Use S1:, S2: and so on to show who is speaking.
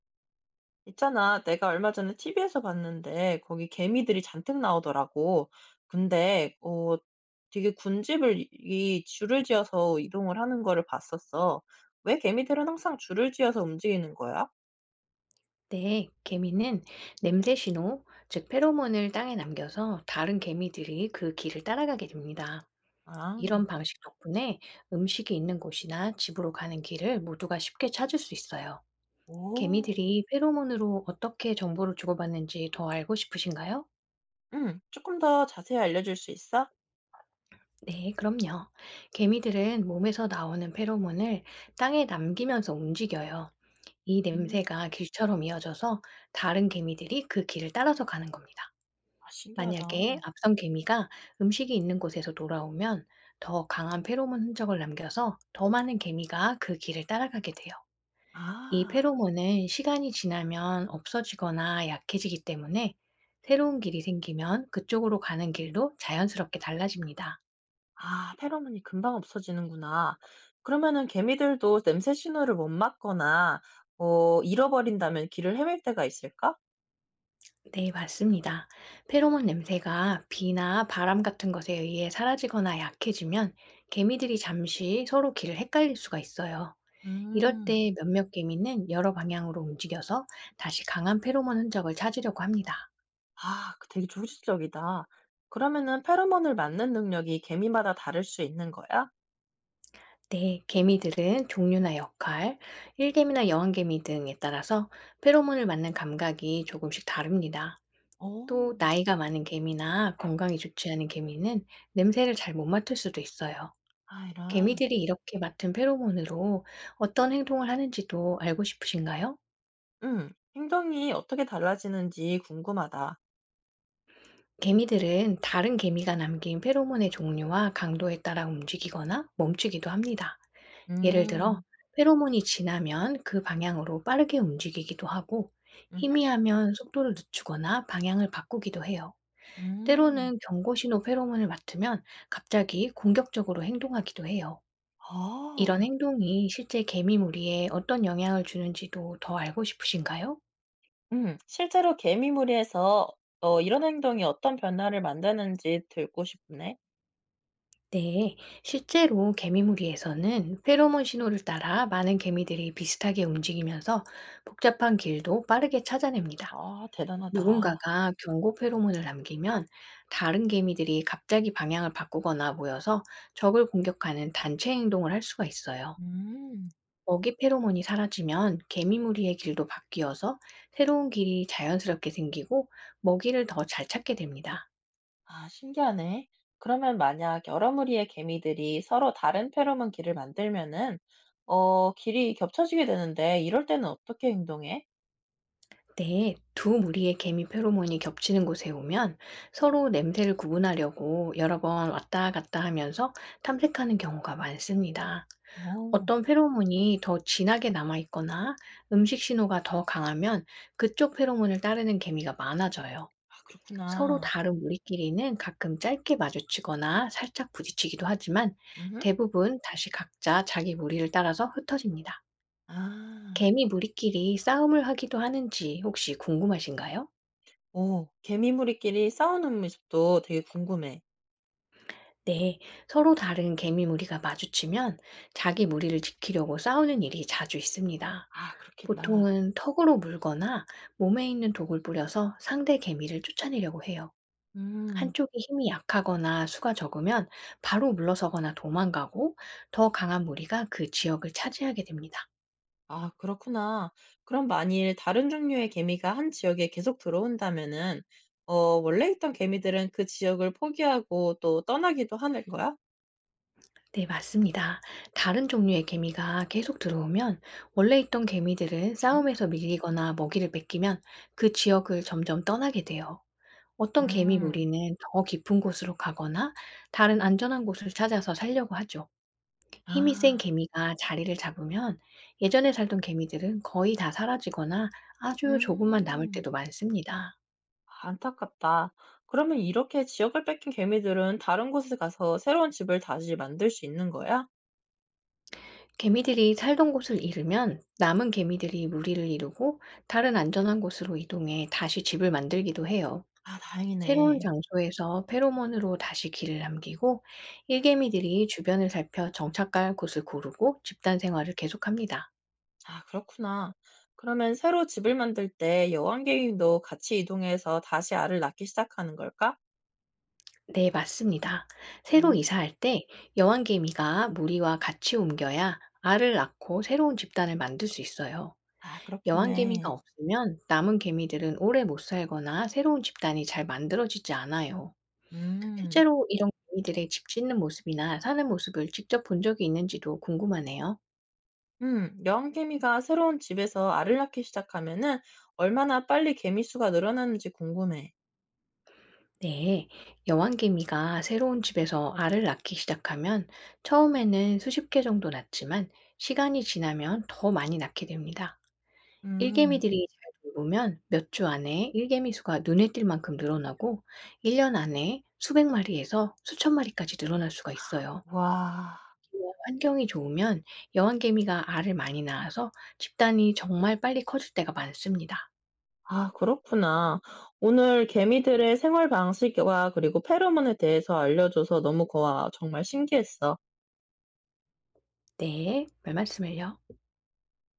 S1: 있잖아, 내가 얼마 전에 TV에서 봤는데, 거기 개미들이 잔뜩 나오더라고. 근데, 어, 되게 군집을 이 줄을 지어서 이동을 하는 거를 봤었어. 왜 개미들은 항상 줄을 지어서 움직이는 거야?
S2: 네, 개미는 냄새 신호, 즉 페로몬을 땅에 남겨서 다른 개미들이 그 길을 따라가게 됩니다.
S1: 아.
S2: 이런 방식 덕분에 음식이 있는 곳이나 집으로 가는 길을 모두가 쉽게 찾을 수 있어요.
S1: 오.
S2: 개미들이 페로몬으로 어떻게 정보를 주고받는지 더 알고 싶으신가요?
S1: 응, 조금 더 자세히 알려줄 수 있어?
S2: 네, 그럼요. 개미들은 몸에서 나오는 페로몬을 땅에 남기면서 움직여요. 이
S1: 음.
S2: 냄새가 길처럼 이어져서 다른 개미들이 그 길을 따라서 가는 겁니다.
S1: 아, 신기하다.
S2: 만약에 앞선 개미가 음식이 있는 곳에서 돌아오면 더 강한 페로몬 흔적을 남겨서 더 많은 개미가 그 길을 따라가게 돼요. 이
S1: 아.
S2: 페로몬은 시간이 지나면 없어지거나 약해지기 때문에 새로운 길이 생기면 그쪽으로 가는 길도 자연스럽게 달라집니다.
S1: 아, 페로몬이 금방 없어지는구나. 그러면은 개미들도 냄새 신호를 못 맡거나, 잃어버린다면 길을 헤맬 때가 있을까?
S2: 네, 맞습니다. 페로몬 냄새가 비나 바람 같은 것에 의해 사라지거나 약해지면 개미들이 잠시 서로 길을 헷갈릴 수가 있어요. 이럴
S1: 음.
S2: 때 몇몇 개미는 여러 방향으로 움직여서 다시 강한 페로몬 흔적을 찾으려고 합니다.
S1: 아, 그 되게 조직적이다. 그러면은 페로몬을 맡는 능력이 개미마다 다를 수 있는 거야?
S2: 네, 개미들은 종류나 역할, 일개미나 여왕개미 등에 따라서 페로몬을 맞는 감각이 조금씩 다릅니다. 또
S1: 오.
S2: 나이가 많은 개미나 건강이 좋지 않은 개미는 냄새를 잘 못 맡을 수도 있어요.
S1: 아 이런.
S2: 개미들이 이렇게 맡은 페로몬으로 어떤 행동을 하는지도 알고 싶으신가요?
S1: 음. 행동이 어떻게 달라지는지 궁금하다.
S2: 개미들은 다른 개미가 남긴 페로몬의 종류와 강도에 따라 움직이거나 멈추기도 합니다. 예를 들어,
S1: 음.
S2: 페로몬이 진하면 그 방향으로 빠르게 움직이기도 하고,
S1: 음흠.
S2: 희미하면 속도를 늦추거나 방향을 바꾸기도 해요.
S1: 음.
S2: 때로는 경고신호 페로몬을 맡으면 갑자기 공격적으로 행동하기도 해요. 이런
S1: 아.
S2: 행동이 실제 개미 무리에 어떤 영향을 주는지도 더 알고 싶으신가요?
S1: 음. 실제로 개미 무리에서 이런 행동이 어떤 변화를 만드는지 듣고 싶네.
S2: 네, 실제로 개미무리에서는 페로몬 신호를 따라 많은 개미들이 비슷하게 움직이면서 복잡한 길도 빠르게 찾아냅니다.
S1: 아 대단하다.
S2: 누군가가 경고 페로몬을 남기면 다른 개미들이 갑자기 방향을 바꾸거나 모여서 적을 공격하는 단체 행동을 할 수가 있어요.
S1: 음.
S2: 먹이 페로몬이 사라지면 개미무리의 길도 바뀌어서 새로운 길이 자연스럽게 생기고 먹이를 더 잘 찾게 됩니다.
S1: 아, 신기하네. 그러면 만약 여러 무리의 개미들이 서로 다른 페로몬 길을 만들면은, 길이 겹쳐지게 되는데, 이럴 때는 어떻게 행동해?
S2: 네, 두 무리의 개미 페로몬이 겹치는 곳에 오면 서로 냄새를 구분하려고 여러 번 왔다 갔다 하면서 탐색하는 경우가 많습니다.
S1: 오.
S2: 어떤 페로몬이 더 진하게 남아있거나 음식 신호가 더 강하면 그쪽 페로몬을 따르는 개미가 많아져요.
S1: 아,
S2: 서로
S1: 그렇구나.
S2: 다른 무리끼리는 가끔 짧게 마주치거나 살짝 부딪히기도 하지만
S1: 음.
S2: 대부분 다시 각자 자기 무리를 따라서 흩어집니다.
S1: 아.
S2: 개미 무리끼리 싸움을 하기도 하는지 혹시 궁금하신가요?
S1: 오, 개미 무리끼리 싸우는 모습도 되게 궁금해.
S2: 네, 서로 다른 개미 무리가 마주치면 자기 무리를 지키려고 싸우는 일이 자주 있습니다.
S1: 아, 그렇겠다.
S2: 보통은 턱으로 물거나 몸에 있는 독을 뿌려서 상대 개미를 쫓아내려고 해요.
S1: 음.
S2: 한쪽이 힘이 약하거나 수가 적으면 바로 물러서거나 도망가고 더 강한 무리가 그 지역을 차지하게 됩니다.
S1: 아, 그렇구나. 그럼 만일 다른 종류의 개미가 한 지역에 계속 들어온다면은, 원래 있던 개미들은 그 지역을 포기하고 또 떠나기도 하는 거야?
S2: 네, 맞습니다. 다른 종류의 개미가 계속 들어오면 원래 있던 개미들은
S1: 응.
S2: 싸움에서 밀리거나 먹이를 뺏기면 그 지역을 점점 떠나게 돼요. 어떤 개미
S1: 음.
S2: 무리는 더 깊은 곳으로 가거나 다른 안전한 곳을 찾아서 살려고 하죠. 힘이 센
S1: 아.
S2: 개미가 자리를 잡으면 예전에 살던 개미들은 거의 다 사라지거나 아주 조금만 남을
S1: 음.
S2: 때도 많습니다.
S1: 안타깝다. 그러면 이렇게 지역을 뺏긴 개미들은 다른 곳에 가서 새로운 집을 다시 만들 수 있는 거야?
S2: 개미들이 살던 곳을 잃으면 남은 개미들이 무리를 이루고 다른 안전한 곳으로 이동해 다시 집을 만들기도 해요.
S1: 아
S2: 새로운
S1: 다행이네.
S2: 장소에서 페로몬으로 다시 길을 남기고
S1: 응?
S2: 일개미들이 주변을 살펴 정착할 곳을 고르고 집단 생활을 계속합니다.
S1: 아 그렇구나. 그러면 새로 집을 만들 때 여왕 개미도 같이 이동해서 다시 알을 낳기 시작하는 걸까?
S2: 네, 맞습니다. 새로
S1: 음.
S2: 이사할 때 여왕개미가 무리와 같이 옮겨야 알을 낳고 새로운 집단을 만들 수 있어요.
S1: 아
S2: 여왕개미가
S1: 그렇겠네.
S2: 없으면 남은 개미들은 오래 못 살거나 새로운 집단이 잘 만들어지지 않아요.
S1: 음.
S2: 실제로 이런 개미들의 집 짓는 모습이나 사는 모습을 직접 본 적이 있는지도 궁금하네요.
S1: 음. 여왕 개미가 새로운 집에서 알을 낳기 시작하면은 얼마나 빨리 개미 수가 늘어나는지 궁금해.
S2: 네, 여왕개미가 새로운 집에서 알을 낳기 시작하면 처음에는 수십 개 정도 낳지만 시간이 지나면 더 많이 낳게 됩니다.
S1: 음.
S2: 일개미들이 잘 돌보면 몇 주 안에 일개미 수가 눈에 띌 만큼 늘어나고 1년 안에 수백 마리에서 수천 마리까지 늘어날 수가 있어요.
S1: 와.
S2: 이와 환경이 좋으면 여왕개미가 알을 많이 낳아서 집단이 정말 빨리 커질 때가 많습니다.
S1: 아 그렇구나. 오늘 개미들의 생활 방식과 그리고 페로몬에 대해서 알려줘서 너무 고마워. 정말 신기했어.
S2: 네, 별 말씀을요.